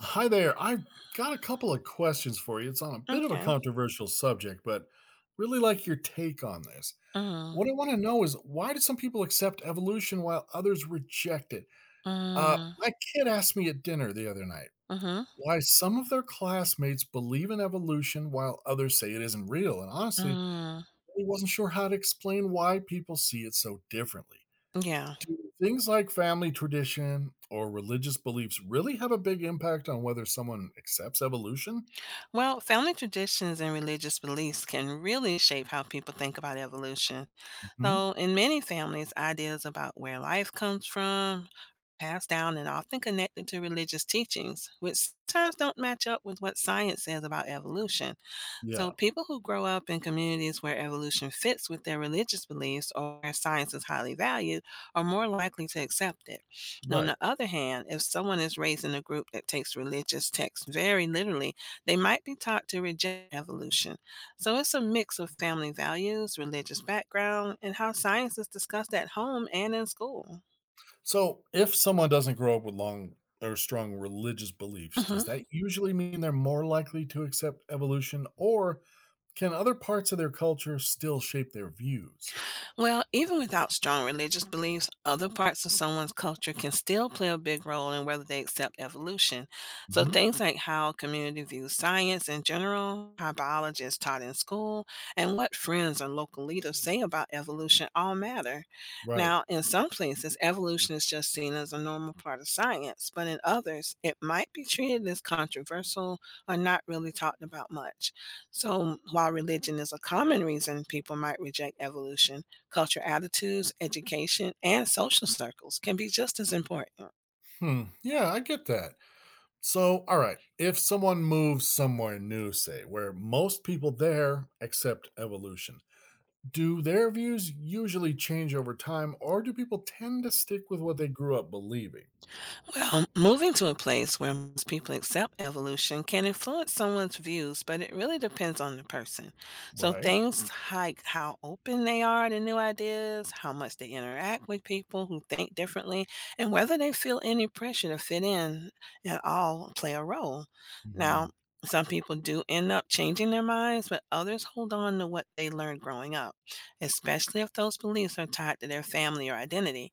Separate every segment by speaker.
Speaker 1: Hi there. I've got a couple of questions for you. It's on a bit of a
Speaker 2: Okay.
Speaker 1: controversial subject, but really like your take on this.
Speaker 2: Mm.
Speaker 1: What I want to know is why do some people accept evolution while others reject it?
Speaker 2: Mm.
Speaker 1: My kid asked me at dinner the other night
Speaker 2: Mhm.
Speaker 1: why some of their classmates believe in evolution while others say it isn't real. And honestly,
Speaker 2: Mm.
Speaker 1: he wasn't sure how to explain why people see it so differently.
Speaker 2: Yeah.
Speaker 1: Things like family tradition or religious beliefs really have a big impact on whether someone accepts evolution.
Speaker 2: Well, family traditions and religious beliefs can really shape how people think about evolution.
Speaker 1: Mhm.
Speaker 2: So, in many families, ideas about where life comes from passed down and often connected to religious teachings, which sometimes don't match up with what science says about evolution. So,
Speaker 1: Yeah,
Speaker 2: people who grow up in communities where evolution fits with their religious beliefs or where science is highly valued are more likely to accept it. Now, on the
Speaker 1: right.
Speaker 2: other hand, if someone is raised in a group that takes religious texts very literally, they might be taught to reject evolution. So, it's a mix of family values, religious background, and how science is discussed at home and in school.
Speaker 1: So, if someone doesn't grow up with long or strong religious beliefs, does
Speaker 2: Mhm.
Speaker 1: that usually mean they're more likely to accept evolution, or can other parts of their culture still shape their views?
Speaker 2: Well, even without strong religious beliefs, other parts of someone's culture can still play a big role in whether they accept evolution. So,
Speaker 1: Hmm.
Speaker 2: things like how a community views science in general, how biology is taught in school, and what friends and local leaders say about evolution all matter.
Speaker 1: Right.
Speaker 2: Now, in some places, evolution is just seen as a normal part of science, but in others, it might be treated as controversial or not really talked about much. So, while religion is a common reason people might reject evolution, culture attitudes, education, and social circles can be just as important.
Speaker 1: Hmm. Yeah, I get that. So, all right. If someone moves somewhere new, say, where most people there accept evolution, do their views usually change over time, or do people tend to stick with what they grew up believing?
Speaker 2: Well, moving to a place where most people accept evolution can influence someone's views, but it really depends on the person. So,
Speaker 1: Right.
Speaker 2: things like how open they are to new ideas, how much they interact with people who think differently, and whether they feel any pressure to fit in at all play a role. Now, some people do end up changing their minds, but others hold on to what they learned growing up, especially if those beliefs are tied to their family or identity.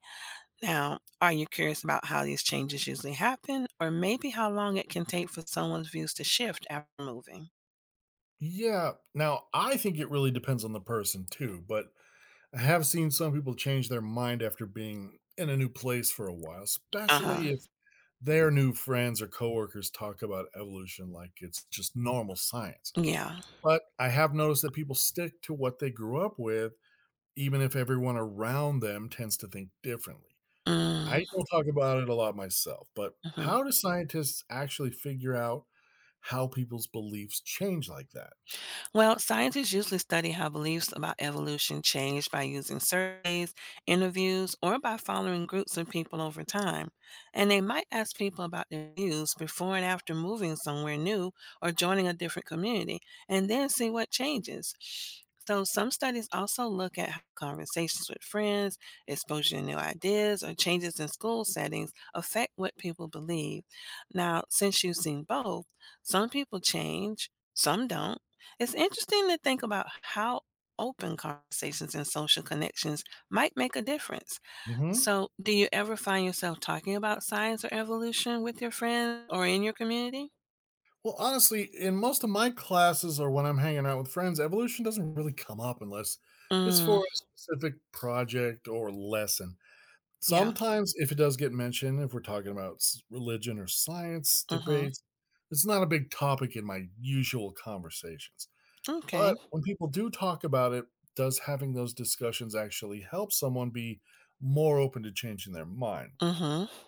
Speaker 2: Now, are you curious about how these changes usually happen, or maybe how long it can take for someone's views to shift after moving?
Speaker 1: Yeah. Now, I think it really depends on the person too, but I have seen some people change their mind after being in a new place for a while,
Speaker 2: Uh
Speaker 1: especially
Speaker 2: huh.
Speaker 1: if their new friends or coworkers talk about evolution like it's just normal science.
Speaker 2: Yeah.
Speaker 1: But I have noticed that people stick to what they grew up with, even if everyone around them tends to think differently.
Speaker 2: Mm-hmm.
Speaker 1: I don't talk about it a lot myself, but how do scientists actually figure out how people's beliefs change like that?
Speaker 2: Well, scientists usually study how beliefs about evolution change by using surveys, interviews, or by following groups of people over time. And they might ask people about their views before and after moving somewhere new or joining a different community, and then see what changes. So, some studies also look at how conversations with friends, exposure to new ideas, or changes in school settings affect what people believe. Now, since you've seen both, some people change, some don't, it's interesting to think about how open conversations and social connections might make a difference.
Speaker 1: Mm-hmm.
Speaker 2: So, do you ever find yourself talking about science or evolution with your friends or in your community?
Speaker 1: Well, honestly, in most of my classes or when I'm hanging out with friends, evolution doesn't really come up unless it's
Speaker 2: Mm,
Speaker 1: for a specific project or lesson.
Speaker 2: yeah.
Speaker 1: Sometimes, if it does get mentioned, if we're talking about religion or science
Speaker 2: Mm-hmm.
Speaker 1: debates, it's not a big topic in my usual conversations.
Speaker 2: Okay.
Speaker 1: But when people do talk about it, does having those discussions actually help someone be more open to changing their mind?
Speaker 2: Mm-hmm.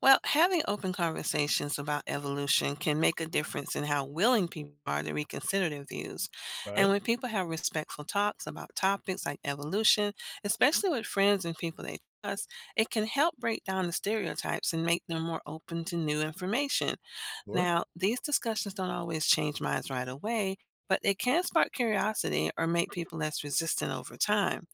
Speaker 2: Well, having open conversations about evolution can make a difference in how willing people are to reconsider their views. And
Speaker 1: Right?
Speaker 2: when people have respectful talks about topics like evolution, especially with friends and people they trust, it can help break down the stereotypes and make them more open to new information.
Speaker 1: Sure.
Speaker 2: Now, these discussions don't always change minds right away, but they can spark curiosity or make people less resistant over time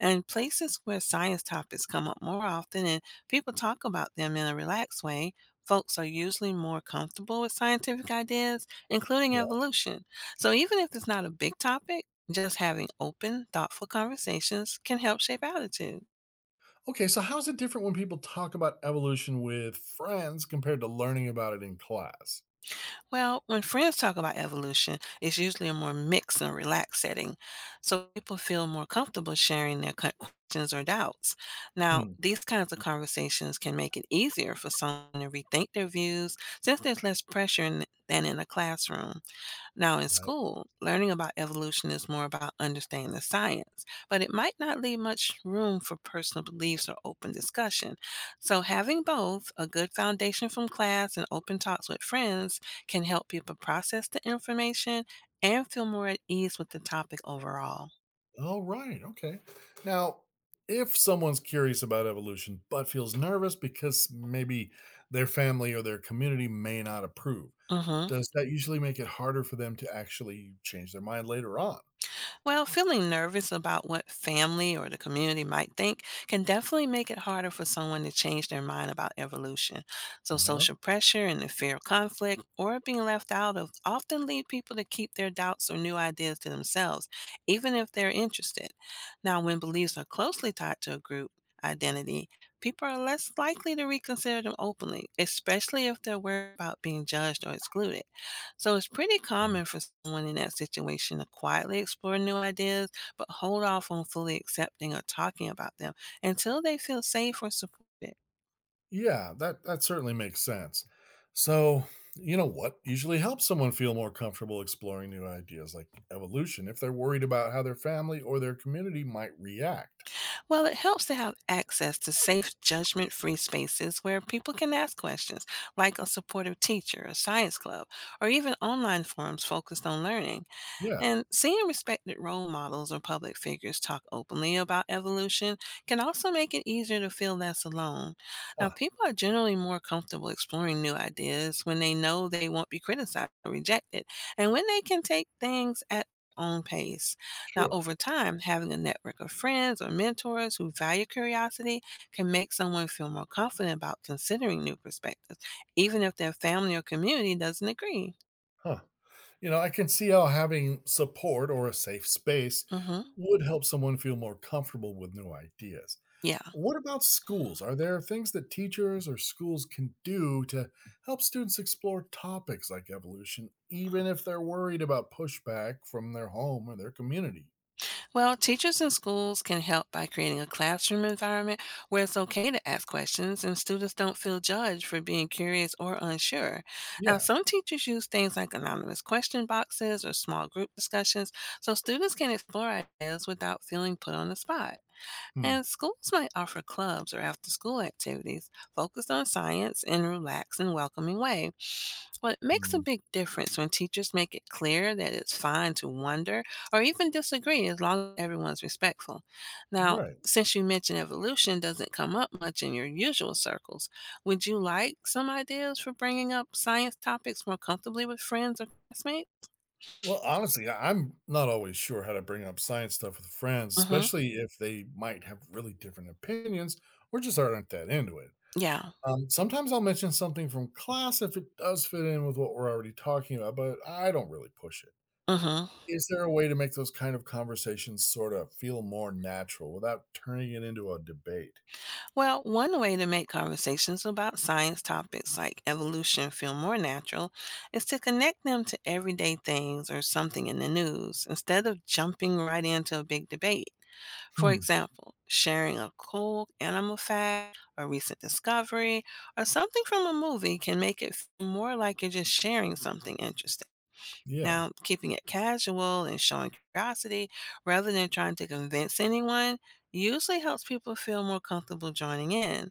Speaker 2: and places where science topics come up more often and people talk about them in a relaxed way, folks are usually more comfortable with scientific ideas, including evolution. So even if it's not a big topic, just having open, thoughtful conversations can help shape attitudes.
Speaker 1: Okay, so how's it different when people talk about evolution with friends compared to learning about it in class?
Speaker 2: Well, when friends talk about evolution, it's usually a more mixed and relaxed setting, so people feel more comfortable sharing their questions or doubts. Now,
Speaker 1: Hmm.
Speaker 2: these kinds of conversations can make it easier for someone to rethink their views since there's less pressure in, than in a classroom. Now, in
Speaker 1: Right.
Speaker 2: school, learning about evolution is more about understanding the science, but it might not leave much room for personal beliefs or open discussion. So, having both a good foundation from class and open talks with friends can help people process the information and feel more at ease with the topic overall.
Speaker 1: All right. Okay. Now, if someone's curious about evolution but feels nervous because maybe their family or their community may not approve,
Speaker 2: Hmm.
Speaker 1: does that usually make it harder for them to actually change their mind later on?
Speaker 2: Well, feeling nervous about what family or the community might think can definitely make it harder for someone to change their mind about evolution. So,
Speaker 1: Uh huh.
Speaker 2: social pressure and the fear of conflict or being left out of often lead people to keep their doubts or new ideas to themselves, even if they're interested. Now, when beliefs are closely tied to a group, identity, people are less likely to reconsider them openly, especially if they're worried about being judged or excluded. So it's pretty common for someone in that situation to quietly explore new ideas, but hold off on fully accepting or talking about them until they feel safe or supported.
Speaker 1: Yeah, that certainly makes sense. So, you know what usually helps someone feel more comfortable exploring new ideas like evolution if they're worried about how their family or their community might react?
Speaker 2: Well, it helps to have access to safe, judgment free spaces where people can ask questions, like a supportive teacher, a science club, or even online forums focused on learning.
Speaker 1: Yeah.
Speaker 2: And seeing respected role models or public figures talk openly about evolution can also make it easier to feel less alone. Now,
Speaker 1: Huh,
Speaker 2: people are generally more comfortable exploring new ideas when they know they won't be criticized or rejected, and when they can take things at their own pace. Now,
Speaker 1: sure.
Speaker 2: over time, having a network of friends or mentors who value curiosity can make someone feel more confident about considering new perspectives, even if their family or community doesn't agree.
Speaker 1: Huh. You know, I can see how having support or a safe space
Speaker 2: Hmm.
Speaker 1: would help someone feel more comfortable with new ideas.
Speaker 2: Yeah.
Speaker 1: What about schools? Are there things that teachers or schools can do to help students explore topics like evolution, even if they're worried about pushback from their home or their community?
Speaker 2: Well, teachers and schools can help by creating a classroom environment where it's okay to ask questions and students don't feel judged for being curious or unsure. Now,
Speaker 1: Yeah.
Speaker 2: some teachers use things like anonymous question boxes or small group discussions so students can explore ideas without feeling put on the spot.
Speaker 1: Hmm.
Speaker 2: And schools might offer clubs or after school activities focused on science in a relaxed and welcoming way. Well, it makes a
Speaker 1: Hmm.
Speaker 2: big difference when teachers make it clear that it's fine to wonder or even disagree as long as everyone's respectful. Now,
Speaker 1: Right.
Speaker 2: since you mentioned evolution doesn't come up much in your usual circles, would you like some ideas for bringing up science topics more comfortably with friends or classmates?
Speaker 1: Well, honestly, I'm not always sure how to bring up science stuff with friends,
Speaker 2: Mm-hmm.
Speaker 1: especially if they might have really different opinions or just aren't that into it.
Speaker 2: Yeah.
Speaker 1: Sometimes I'll mention something from class if it does fit in with what we're already talking about, but I don't really push it.
Speaker 2: Mm-hmm.
Speaker 1: Is there a way to make those kind of conversations sort of feel more natural without turning it into a debate?
Speaker 2: Well, one way to make conversations about science topics like evolution feel more natural is to connect them to everyday things or something in the news instead of jumping right into a big debate. For
Speaker 1: Hmm.
Speaker 2: example, sharing a cool animal fact, a recent discovery, or something from a movie can make it feel more like you're just sharing something interesting.
Speaker 1: Yeah.
Speaker 2: Now, keeping it casual and showing curiosity rather than trying to convince anyone usually helps people feel more comfortable joining in.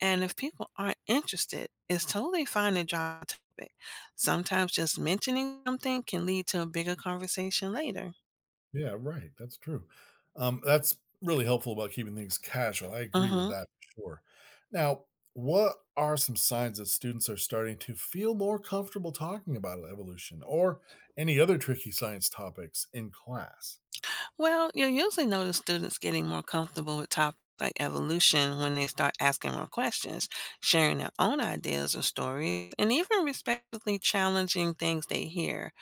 Speaker 2: And if people aren't interested, it's totally fine to drop the topic. Sometimes just mentioning something can lead to a bigger conversation later.
Speaker 1: Yeah. Right. That's true. That's really helpful about keeping things casual. I agree with
Speaker 2: Hmm.
Speaker 1: that for sure. Now, what are some signs that students are starting to feel more comfortable talking about evolution or any other tricky science topics in class?
Speaker 2: Well, you'll usually notice students getting more comfortable with topics like evolution when they start asking more questions, sharing their own ideas or stories, and even respectfully challenging things they hear.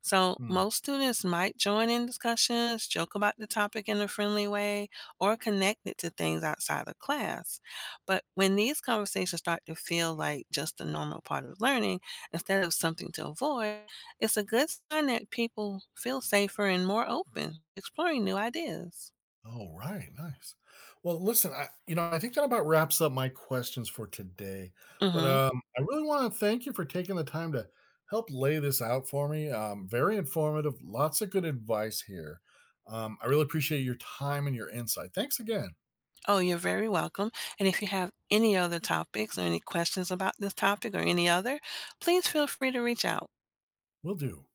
Speaker 2: So,
Speaker 1: Hmm.
Speaker 2: most students might join in discussions, joke about the topic in a friendly way, or connect it to things outside of class. But when these conversations start to feel like just a normal part of learning instead of something to avoid, it's a good sign that people feel safer and more open exploring new ideas.
Speaker 1: All right, nice. Well, listen, I think that about wraps up my questions for today. But
Speaker 2: Hmm.
Speaker 1: I really want to thank you for taking the time to help lay this out for me. Very informative, lots of good advice here. I really appreciate your time and your insight. Thanks again.
Speaker 2: Oh, you're very welcome. And if you have any other topics or any questions about this topic or any other, please feel free to reach out.
Speaker 1: We'll do.